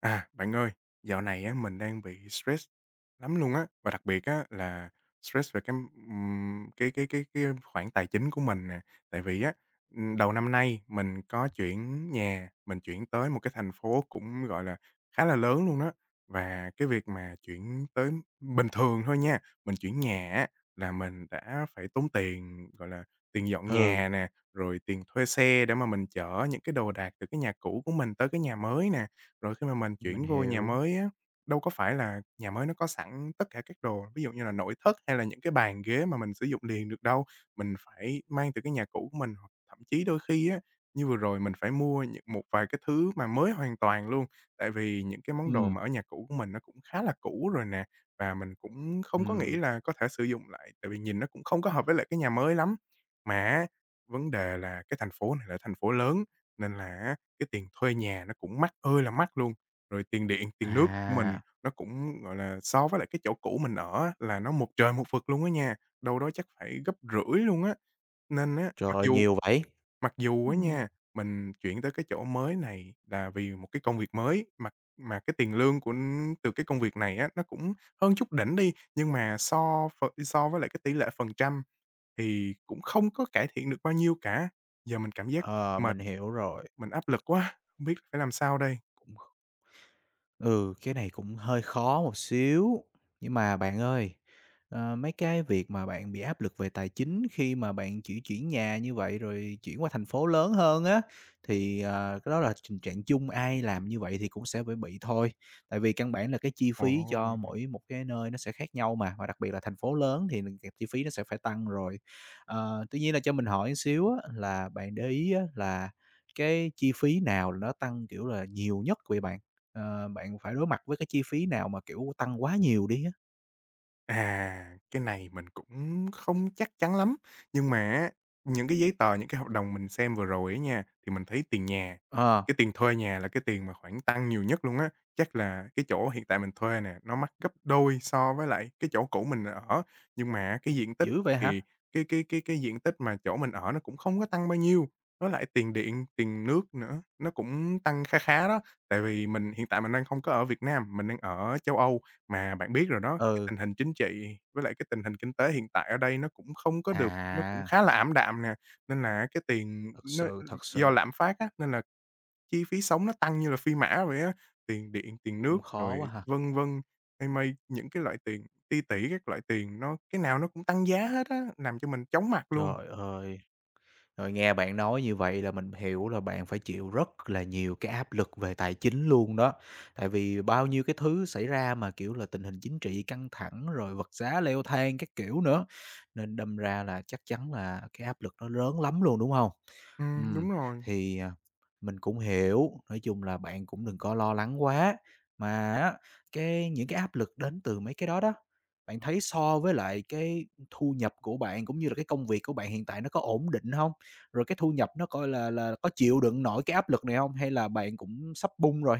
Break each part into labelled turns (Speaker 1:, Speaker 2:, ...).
Speaker 1: À, bạn ơi, dạo này á, mình đang bị stress lắm luôn á, và đặc biệt á, là stress về cái khoản tài chính của mình nè. Tại vì á, đầu năm nay mình có chuyển nhà, mình chuyển tới một cái thành phố cũng, gọi là, khá là lớn luôn đó. Và cái việc mà chuyển tới bình thường thôi nha, mình chuyển nhà á, là mình đã phải tốn tiền, gọi là, tiền dọn
Speaker 2: Ừ,
Speaker 1: nhà nè, rồi tiền thuê xe để mà mình chở những cái đồ đạc từ cái nhà cũ của mình tới cái nhà mới nè. Rồi khi mà mình
Speaker 2: mình
Speaker 1: chuyển vô nhà
Speaker 2: hiểu.
Speaker 1: mới á, đâu có phải là nhà mới nó có sẵn tất cả các đồ, ví dụ như là nội thất hay là những cái bàn ghế mà mình sử dụng liền được đâu. Mình phải mang từ cái nhà cũ của mình, hoặc thậm chí đôi khi á, như vừa rồi mình phải mua những một vài cái thứ mà mới hoàn toàn luôn, tại vì những cái món đồ
Speaker 2: Ừm,
Speaker 1: mà ở nhà cũ của mình nó cũng khá là cũ rồi nè, và mình cũng không có nghĩ
Speaker 2: ừm,
Speaker 1: là có thể sử dụng lại, tại vì nhìn nó cũng không có hợp với lại cái nhà mới lắm. Mà á, vấn đề là cái thành phố này là thành phố lớn nên là cái tiền thuê nhà nó cũng mắc ơi là mắc luôn, rồi tiền điện, tiền nước của mình
Speaker 2: à,
Speaker 1: nó cũng, gọi là, so với lại cái chỗ cũ mình ở á là nó một trời một vực luôn á nha, đâu đó chắc phải gấp rưỡi luôn á. Nên á,
Speaker 2: Trời
Speaker 1: mặc
Speaker 2: ơi,
Speaker 1: dù
Speaker 2: nhiều vậy!
Speaker 1: mặc dù á
Speaker 2: Ừm.
Speaker 1: nha, mình chuyển tới cái chỗ mới này là vì một cái công việc mới, mà cái tiền lương từ cái công việc này á, nó cũng hơn chút đỉnh đi, nhưng mà so với lại cái tỷ lệ phần trăm thì cũng không có cải thiện được bao nhiêu cả. Giờ mình cảm giác
Speaker 2: Ờ,
Speaker 1: mệt,
Speaker 2: mình hiểu rồi.
Speaker 1: mình áp lực quá, không biết phải làm sao đây?
Speaker 2: Ừ, cái này cũng hơi khó một xíu. Nhưng mà bạn ơi, mấy cái việc mà bạn bị áp lực về tài chính khi mà bạn chỉ chuyển nhà như vậy rồi chuyển qua thành phố lớn hơn á, thì, cái đó là tình trạng chung ai làm như vậy thì cũng sẽ phải bị thôi. Tại vì căn bản là cái chi
Speaker 1: Ồ,
Speaker 2: phí cho mỗi một cái nơi nó sẽ khác nhau mà, và đặc biệt là thành phố lớn thì cái chi phí nó sẽ phải tăng rồi. Ờ, tuy nhiên là cho mình hỏi một xíu á, là bạn để ý á là cái chi phí nào là nó tăng, kiểu là, nhiều nhất vậy bạn? Ờ, bạn phải đối mặt với cái chi phí nào mà, kiểu, tăng quá nhiều đi á.
Speaker 1: à, cái này mình cũng không chắc chắn lắm, nhưng mà á, những cái giấy tờ, những cái hợp đồng mình xem vừa rồi á nha, thì mình thấy tiền nhà,
Speaker 2: Ờ,
Speaker 1: cái tiền thuê nhà là cái tiền mà khoản tăng nhiều nhất luôn á. Chắc là cái chỗ hiện tại mình thuê nè, nó mắc gấp đôi so với lại cái chỗ cũ mình ở, nhưng mà cái diện tích
Speaker 2: dữ vậy hả?
Speaker 1: thì cái diện tích mà chỗ mình ở nó cũng không có tăng bao nhiêu, nó lại tiền điện, tiền nước nữa, nó cũng tăng khá khá đó. Tại vì hiện tại mình đang không có ở Việt Nam, mình đang ở châu Âu. Mà bạn biết rồi đó, cái
Speaker 2: Ừ,
Speaker 1: tình hình chính trị với lại cái tình hình kinh tế hiện tại ở đây nó cũng không có được nó cũng
Speaker 2: à,
Speaker 1: khá là ảm đạm nè, nên là cái tiền nó
Speaker 2: thật
Speaker 1: do
Speaker 2: sự
Speaker 1: lạm phát á, nên là chi phí sống nó tăng như là phi mã vậy á, tiền điện, tiền nước
Speaker 2: cũng khó
Speaker 1: rồi
Speaker 2: quá ha.
Speaker 1: vân vân, hay mây, những cái loại tiền ti tỷ các loại tiền nó cái nào nó cũng tăng giá hết á, làm cho mình chóng mặt luôn.
Speaker 2: Trời ơi! Rồi nghe bạn nói như vậy là mình hiểu là bạn phải chịu rất là nhiều cái áp lực về tài chính luôn đó. Tại vì bao nhiêu cái thứ xảy ra mà, kiểu là, tình hình chính trị căng thẳng, rồi vật giá leo thang các kiểu nữa, nên đâm ra là chắc chắn là cái áp lực nó lớn lắm luôn, đúng không? Ừm,
Speaker 1: Đúng rồi.
Speaker 2: thì, mình cũng hiểu, nói chung là bạn cũng đừng có lo lắng quá. Mà á, cái những cái áp lực đến từ mấy cái đó đó, bạn thấy so với lại cái thu nhập của bạn cũng như là cái công việc của bạn hiện tại nó có ổn định không? Rồi cái thu nhập nó coi là có chịu đựng nổi cái áp lực này hông? Hay là bạn cũng sắp bung rồi?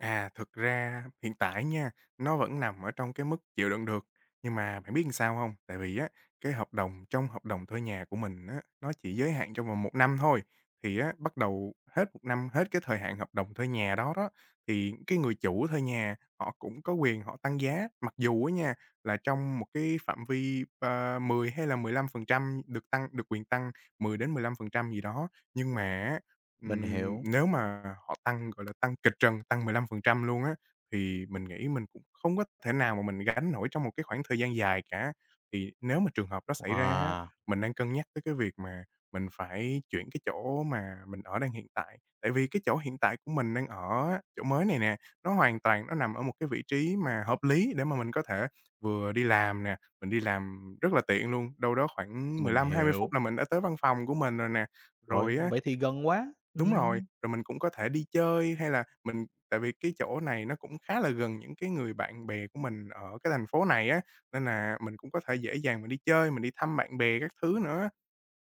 Speaker 1: À, thực ra hiện tại nha, nó vẫn nằm ở trong cái mức chịu đựng được, nhưng mà bạn biết làm sao không? Tại vì á, cái hợp đồng trong hợp đồng thuê nhà của mình á, nó chỉ giới hạn trong vòng một năm thôi, thì á, bắt đầu hết một năm, hết cái thời hạn hợp đồng thuê nhà đó đó, thì cái người chủ thuê nhà họ cũng có quyền họ tăng giá. Mặc dù á nha, là trong một cái phạm vi, 10 hay là 15% được quyền tăng 10-15% gì đó, nhưng mà
Speaker 2: Mình hiểu,
Speaker 1: Nếu mà họ tăng, gọi là, tăng kịch trần, tăng 15% luôn á, thì mình nghĩ mình cũng không có thể nào mà mình gánh nổi trong một cái khoảng thời gian dài cả. Thì nếu mà trường hợp đó xảy ra á,
Speaker 2: wow,
Speaker 1: mình đang cân nhắc tới cái việc mà mình phải chuyển cái chỗ mà mình ở đang hiện tại. Tại vì cái chỗ hiện tại của mình đang ở á, chỗ mới này nè, nó hoàn toàn nó nằm ở một cái vị trí mà hợp lý để mà mình có thể vừa đi làm nè, mình đi làm rất là tiện luôn, đâu đó khoảng
Speaker 2: mình
Speaker 1: 15-20 phút
Speaker 2: hiểu,
Speaker 1: là mình đã tới văn phòng của mình rồi nè.
Speaker 2: rồi
Speaker 1: Rồi á.
Speaker 2: vậy thì gần quá,
Speaker 1: Đúng rồi, rồi mình cũng có thể đi chơi hay là mình tại vì cái chỗ này nó cũng khá là gần những cái người bạn bè của mình ở cái thành phố này á, nên là mình cũng có thể dễ dàng mình đi chơi, mình đi thăm bạn bè các thứ nữa.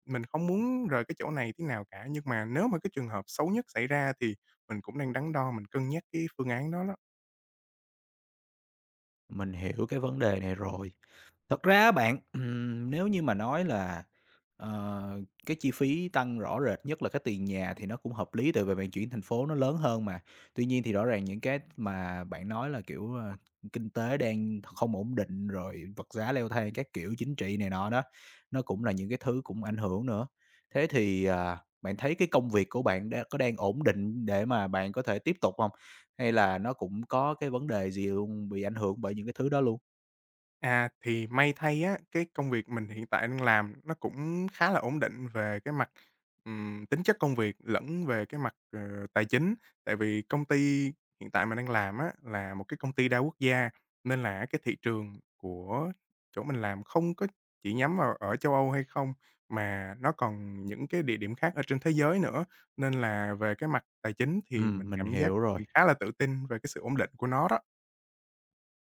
Speaker 1: Mình không muốn rời cái chỗ này tí nào cả, nhưng mà nếu mà cái trường hợp xấu nhất xảy ra thì mình cũng đang đắn đo, mình cân nhắc cái phương án đó đó.
Speaker 2: mình hiểu cái vấn đề này rồi. Thật ra á bạn, nếu như mà nói là, ờ, cái chi phí tăng rõ rệt nhất là cái tiền nhà thì nó cũng hợp lý tại vì bạn chuyển thành phố nó lớn hơn mà. Tuy nhiên thì rõ ràng những cái mà bạn nói là, kiểu, kinh tế đang không ổn định, rồi vật giá leo thang các kiểu, chính trị này nọ đó, nó cũng là những cái thứ cũng ảnh hưởng nữa. Thế thì, bạn thấy cái công việc của bạn đã có đang ổn định để mà bạn có thể tiếp tục không? Hay là nó cũng có cái vấn đề gì luôn bị ảnh hưởng bởi những cái thứ đó luôn?
Speaker 1: À, thì may thay á, cái công việc mình hiện tại đang làm nó cũng khá là ổn định về cái mặt, tính chất công việc lẫn về cái mặt, tài chính. Tại vì công ty hiện tại mình đang làm á, là một cái công ty đa quốc gia, nên là cái thị trường của chỗ mình làm không có chỉ nhắm vào ở châu Âu hay không, mà nó còn những cái địa điểm khác ở trên thế giới nữa. Nên là về cái mặt tài chính thì mình
Speaker 2: Mình
Speaker 1: cảm giác
Speaker 2: hiểu rồi.
Speaker 1: mình khá là tự tin về cái sự ổn định của nó đó.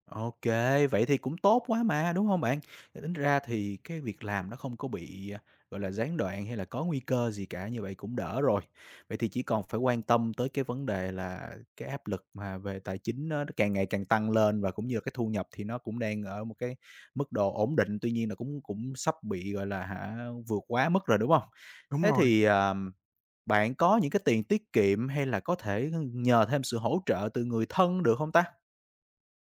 Speaker 2: OK, vậy thì cũng tốt quá mà, đúng không bạn? Tính ra thì cái việc làm nó không có bị, gọi là, gián đoạn hay là có nguy cơ gì cả, như vậy cũng đỡ rồi. Vậy thì chỉ còn phải quan tâm tới cái vấn đề là cái áp lực mà về tài chính nó càng ngày càng tăng lên và cũng như là cái thu nhập thì nó cũng đang ở một cái mức độ ổn định, tuy nhiên là cũng cũng sắp bị, gọi là, hả, vượt quá mức rồi, đúng không?
Speaker 1: Đúng
Speaker 2: Thế
Speaker 1: rồi.
Speaker 2: thì, bạn có những cái tiền tiết kiệm hay là có thể, nhờ thêm sự hỗ trợ từ người thân được không ta?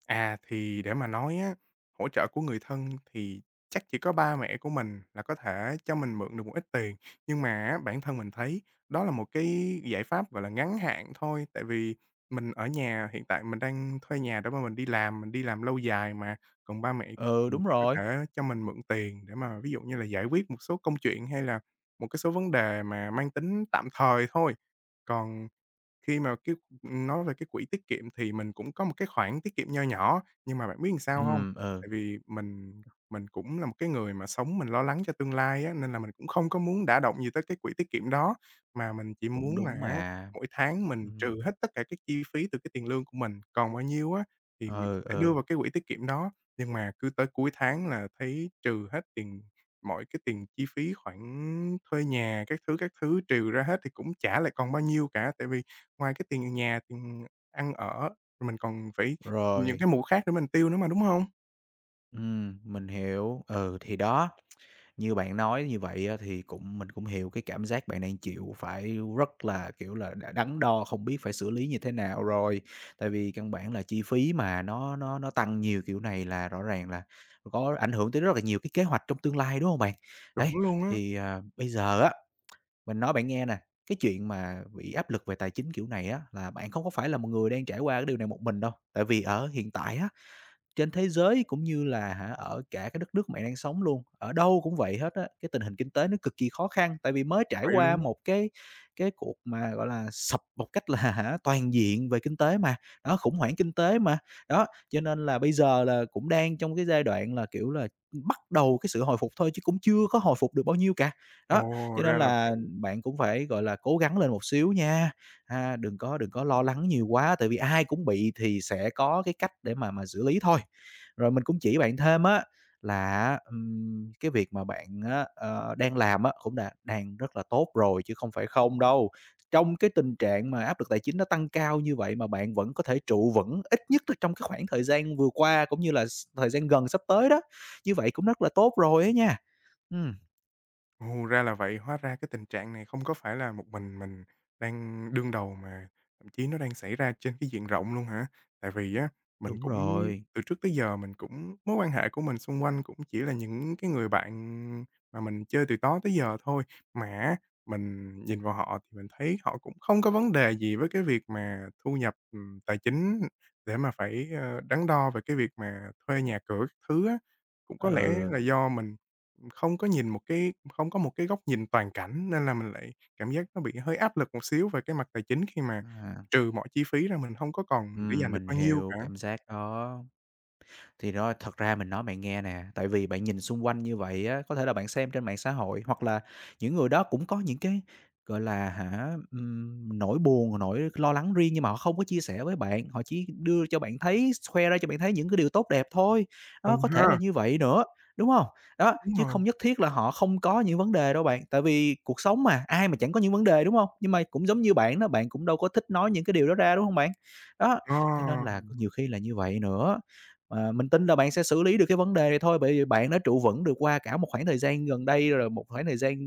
Speaker 1: À, thì để mà nói á, hỗ trợ của người thân thì chắc chỉ có ba mẹ của mình là có thể cho mình mượn được một ít tiền, nhưng mà á, bản thân mình thấy đó là một cái giải pháp, gọi là, ngắn hạn thôi. Tại vì mình ở nhà hiện tại mình đang thuê nhà để mà mình đi làm lâu dài mà, còn ba mẹ của
Speaker 2: Ừ,
Speaker 1: mình
Speaker 2: đúng
Speaker 1: chỉ có
Speaker 2: rồi.
Speaker 1: thể cho mình mượn tiền để mà ví dụ như là giải quyết một số công chuyện hay là một cái số vấn đề mà mang tính tạm thời thôi. Còn khi mà nói về cái quỹ tiết kiệm thì mình cũng có một cái khoản tiết kiệm nho nhỏ, nhưng mà bạn biết làm sao hông?
Speaker 2: Ừ,
Speaker 1: Tại vì mình cũng là một cái người mà sống mình lo lắng cho tương lai á, nên là mình cũng không có muốn đả động gì tới cái quỹ tiết kiệm đó, mà mình chỉ
Speaker 2: cũng
Speaker 1: muốn là
Speaker 2: đúng
Speaker 1: á,
Speaker 2: mà.
Speaker 1: mỗi tháng mình trừ
Speaker 2: Ừm,
Speaker 1: hết tất cả các chi phí từ cái tiền lương của mình, còn bao nhiêu á thì mình
Speaker 2: ừ,
Speaker 1: sẽ đưa
Speaker 2: ừ,
Speaker 1: vào cái quỹ tiết kiệm đó. Nhưng mà cứ tới cuối tháng là thấy trừ hết tiền mọi cái tiền chi phí khoản thuê nhà các thứ, trừ ra hết thì cũng chả lại còn bao nhiêu cả, tại vì ngoài cái tiền nhà, tiền ăn ở, rồi mình còn phải những
Speaker 2: rồi,
Speaker 1: cái mục khác để mình tiêu nữa mà, đúng hông?
Speaker 2: mình hiểu. Ừ, thì đó, như bạn nói như vậy á thì cũng mình cũng hiểu cái cảm giác bạn đang chịu phải rất là, kiểu là, đã đắn đo không biết phải xử lý như thế nào rồi. Tại vì căn bản là chi phí mà nó tăng nhiều kiểu này là rõ ràng là có ảnh hưởng tới rất là nhiều cái kế hoạch trong tương lai, đúng không bạn?
Speaker 1: Chuẩn
Speaker 2: Đấy,
Speaker 1: luôn á,
Speaker 2: thì, bây giờ á, mình nói bạn nghe nè, cái chuyện mà bị áp lực về tài chính kiểu này á, là bạn không có phải là một người đang trải qua cái điều này một mình đâu. Tại vì ở hiện tại á, trên thế giới cũng như là hả, ở cả cái đất nước bạn đang sống luôn, ở đâu cũng vậy hết á, cái tình hình kinh tế nó cực kỳ khó khăn, tại vì mới trải
Speaker 1: vậy
Speaker 2: qua
Speaker 1: luôn
Speaker 2: một
Speaker 1: á.
Speaker 2: cái cuộc mà, gọi là, sập một cách là hả, toàn diện về kinh tế mà, đó, khủng hoảng kinh tế mà. Đó, cho nên là bây giờ là cũng đang trong cái giai đoạn là, kiểu là, bắt đầu cái sự hồi phục thôi chứ cũng chưa có hồi phục được bao nhiêu cả. Đó,
Speaker 1: Ồ,
Speaker 2: cho
Speaker 1: ra
Speaker 2: nên
Speaker 1: là
Speaker 2: là bạn cũng phải, gọi là, cố gắng lên một xíu nha. Ha, đừng có lo lắng nhiều quá, tại vì ai cũng bị thì sẽ có cái cách để mà xử lý thôi. Rồi mình cũng chỉ bạn thêm á là cái việc mà bạn á, đang làm á cũng đã đang rất là tốt rồi chứ không phải không đâu. Trong cái tình trạng mà áp lực tài chính nó tăng cao như vậy mà bạn vẫn có thể trụ vững ít nhất là trong cái khoảng thời gian vừa qua cũng như là thời gian gần sắp tới đó, như vậy cũng rất là tốt rồi ấy nha. Ừm,
Speaker 1: Ồ, ra là vậy, hóa ra cái tình trạng này không có phải là một mình đang đương đầu mà thậm chí nó đang xảy ra trên cái diện rộng luôn hả? Tại vì á, mình
Speaker 2: đúng
Speaker 1: cũng
Speaker 2: rồi,
Speaker 1: từ trước tới giờ mình cũng mối quan hệ của mình xung quanh cũng chỉ là những cái người bạn mà mình chơi từ đó tới giờ thôi, mà á, mình nhìn vào họ thì mình thấy họ cũng không có vấn đề gì với cái việc mà thu nhập, tài chính để mà phải, đắn đo về cái việc mà thuê nhà cửa các thứ á. Cũng có lẽ
Speaker 2: ừ,
Speaker 1: là do mình không có nhìn một cái không có một cái góc nhìn toàn cảnh nên là mình lại cảm giác nó bị hơi áp lực một xíu về cái mặt tài chính khi mà
Speaker 2: à,
Speaker 1: trừ mọi chi phí ra mình không có còn để dành được
Speaker 2: mình
Speaker 1: bao nhiêu
Speaker 2: hiểu
Speaker 1: cả.
Speaker 2: cảm giác đó. Thì đó, thật ra mình nói bạn nghe nè, tại vì bạn nhìn xung quanh như vậy á, có thể là bạn xem trên mạng xã hội hoặc là những người đó cũng có những cái, gọi là, hả, nỗi buồn, nỗi lo lắng riêng nhưng mà họ không có chia sẻ với bạn, họ chỉ đưa cho bạn thấy, khoe ra cho bạn thấy những cái điều tốt đẹp thôi.
Speaker 1: Ừ
Speaker 2: Đó, có thể là
Speaker 1: ha,
Speaker 2: như vậy nữa, đúng không? Đó,
Speaker 1: đúng
Speaker 2: chứ
Speaker 1: rồi,
Speaker 2: không nhất thiết là họ không có những vấn đề đâu bạn, tại vì cuộc sống mà, ai mà chẳng có những vấn đề, đúng không? Nhưng mà cũng giống như bạn đó, bạn cũng đâu có thích nói những cái điều đó ra, đúng không bạn? Đó,
Speaker 1: ờ,
Speaker 2: cho nên là nhiều khi là như vậy nữa mà mình tin là bạn sẽ xử lý được cái vấn đề này thôi, bởi vì bạn đã trụ vững được qua cả một khoảng thời gian gần đây rồi một khoảng thời gian,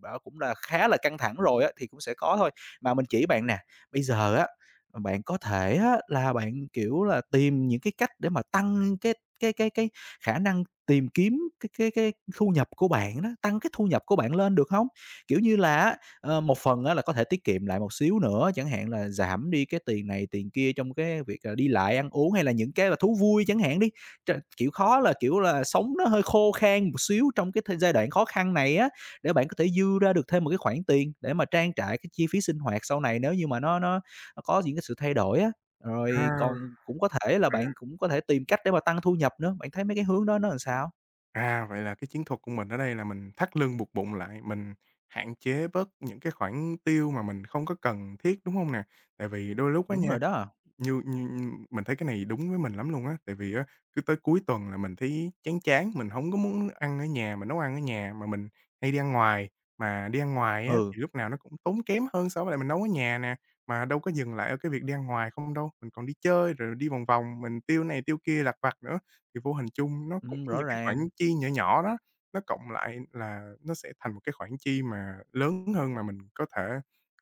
Speaker 2: bảo cũng là khá là căng thẳng rồi á, thì cũng sẽ có thôi. Mà mình chỉ bạn nè, bây giờ á, bạn có thể á là bạn, kiểu là, tìm những cái cách để mà tăng cái khả năng tìm kiếm cái thu nhập của bạn đó, tăng cái thu nhập của bạn lên được không? Kiểu như là á, ờ, một phần á là có thể tiết kiệm lại một xíu nữa, chẳng hạn là giảm đi cái tiền này tiền kia trong cái việc là đi lại, ăn uống hay là những cái là thú vui chẳng hạn đi. Tr Kiểu, khó là, kiểu là, sống nó hơi khô khan một xíu trong cái thời giai đoạn khó khăn này á, để bạn có thể dư ra được thêm một cái khoản tiền để mà trang trải cái chi phí sinh hoạt sau này nếu như mà nó nó có những cái sự thay đổi á. Rồi
Speaker 1: à,
Speaker 2: còn cũng có thể là
Speaker 1: vậy là
Speaker 2: bạn cũng có thể tìm cách để mà tăng thu nhập nữa, bạn thấy mấy cái hướng đó nó làm sao?
Speaker 1: à, vậy là cái chiến thuật của mình ở đây là mình thắt lưng buộc bụng lại, mình hạn chế bớt những cái khoản tiêu mà mình không có cần thiết, đúng không nè? Tại vì đôi lúc á
Speaker 2: Đúng
Speaker 1: nha.
Speaker 2: rồi đó.
Speaker 1: Như như như mình thấy cái này đúng với mình lắm luôn á, tại vì á, cứ tới cuối tuần là mình thấy chán chán, mình không có muốn ăn ở nhà, mình nấu ăn ở nhà mà mình hay đi ăn ngoài. Mà đi ăn ngoài á,
Speaker 2: Ừ,
Speaker 1: thì lúc nào nó cũng tốn kém hơn so với lại mình nấu ở nhà nè, mà đâu có dừng lại ở cái việc đi ăn ngoài không đâu, mình còn đi chơi rồi đi vòng vòng, mình tiêu này tiêu kia lặt vặt nữa. Thì vô hình chung nó cũng
Speaker 2: rõ
Speaker 1: những cái khoản
Speaker 2: ràng.
Speaker 1: chi nhỏ nhỏ đó, nó cộng lại là nó sẽ thành một cái khoản chi mà lớn hơn mà mình có thể,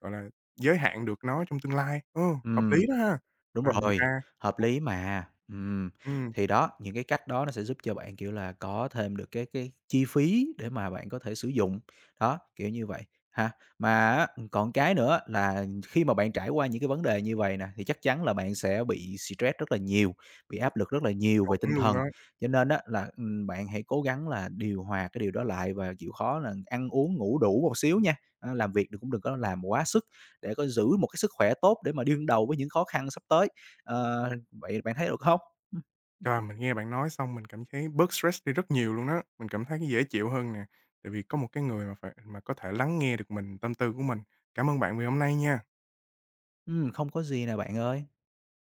Speaker 1: gọi là, giới hạn được nó trong tương lai. Ừ, hợp
Speaker 2: Ừ.
Speaker 1: lý đó ha!
Speaker 2: Đúng
Speaker 1: Và ngoài
Speaker 2: rồi,
Speaker 1: ra
Speaker 2: hợp
Speaker 1: một cái
Speaker 2: lý mà.
Speaker 1: ừm,
Speaker 2: Thì đó, những cái cách đó nó sẽ giúp cho bạn, kiểu là, có thêm được cái chi phí để mà bạn có thể sử dụng, đó, kiểu như vậy ha. Mà á, còn cái nữa là khi mà bạn trải qua những cái vấn đề như vậy nè, thì chắc chắn là bạn sẽ bị stress rất là nhiều, bị áp lực rất là nhiều về
Speaker 1: chuẩn
Speaker 2: tinh
Speaker 1: luôn
Speaker 2: thần,
Speaker 1: đó.
Speaker 2: cho nên á là, bạn hãy cố gắng là điều hòa cái điều đó lại và chịu khó là ăn uống, ngủ đủ một xíu nha, làm việc đừng cũng đừng có làm quá sức để có giữ một cái sức khỏe tốt để mà đương đầu với những khó khăn sắp tới. Ờ, vậy bạn thấy được không? Ừm,
Speaker 1: Trời, mình nghe bạn nói xong mình cảm thấy bớt stress đi rất nhiều luôn đó, mình cảm thấy dễ chịu hơn nè, tại vì có một cái người mà phải mà có thể lắng nghe được mình, tâm tư của mình. Cảm ơn bạn vì hôm nay nha.
Speaker 2: không có gì nè bạn ơi.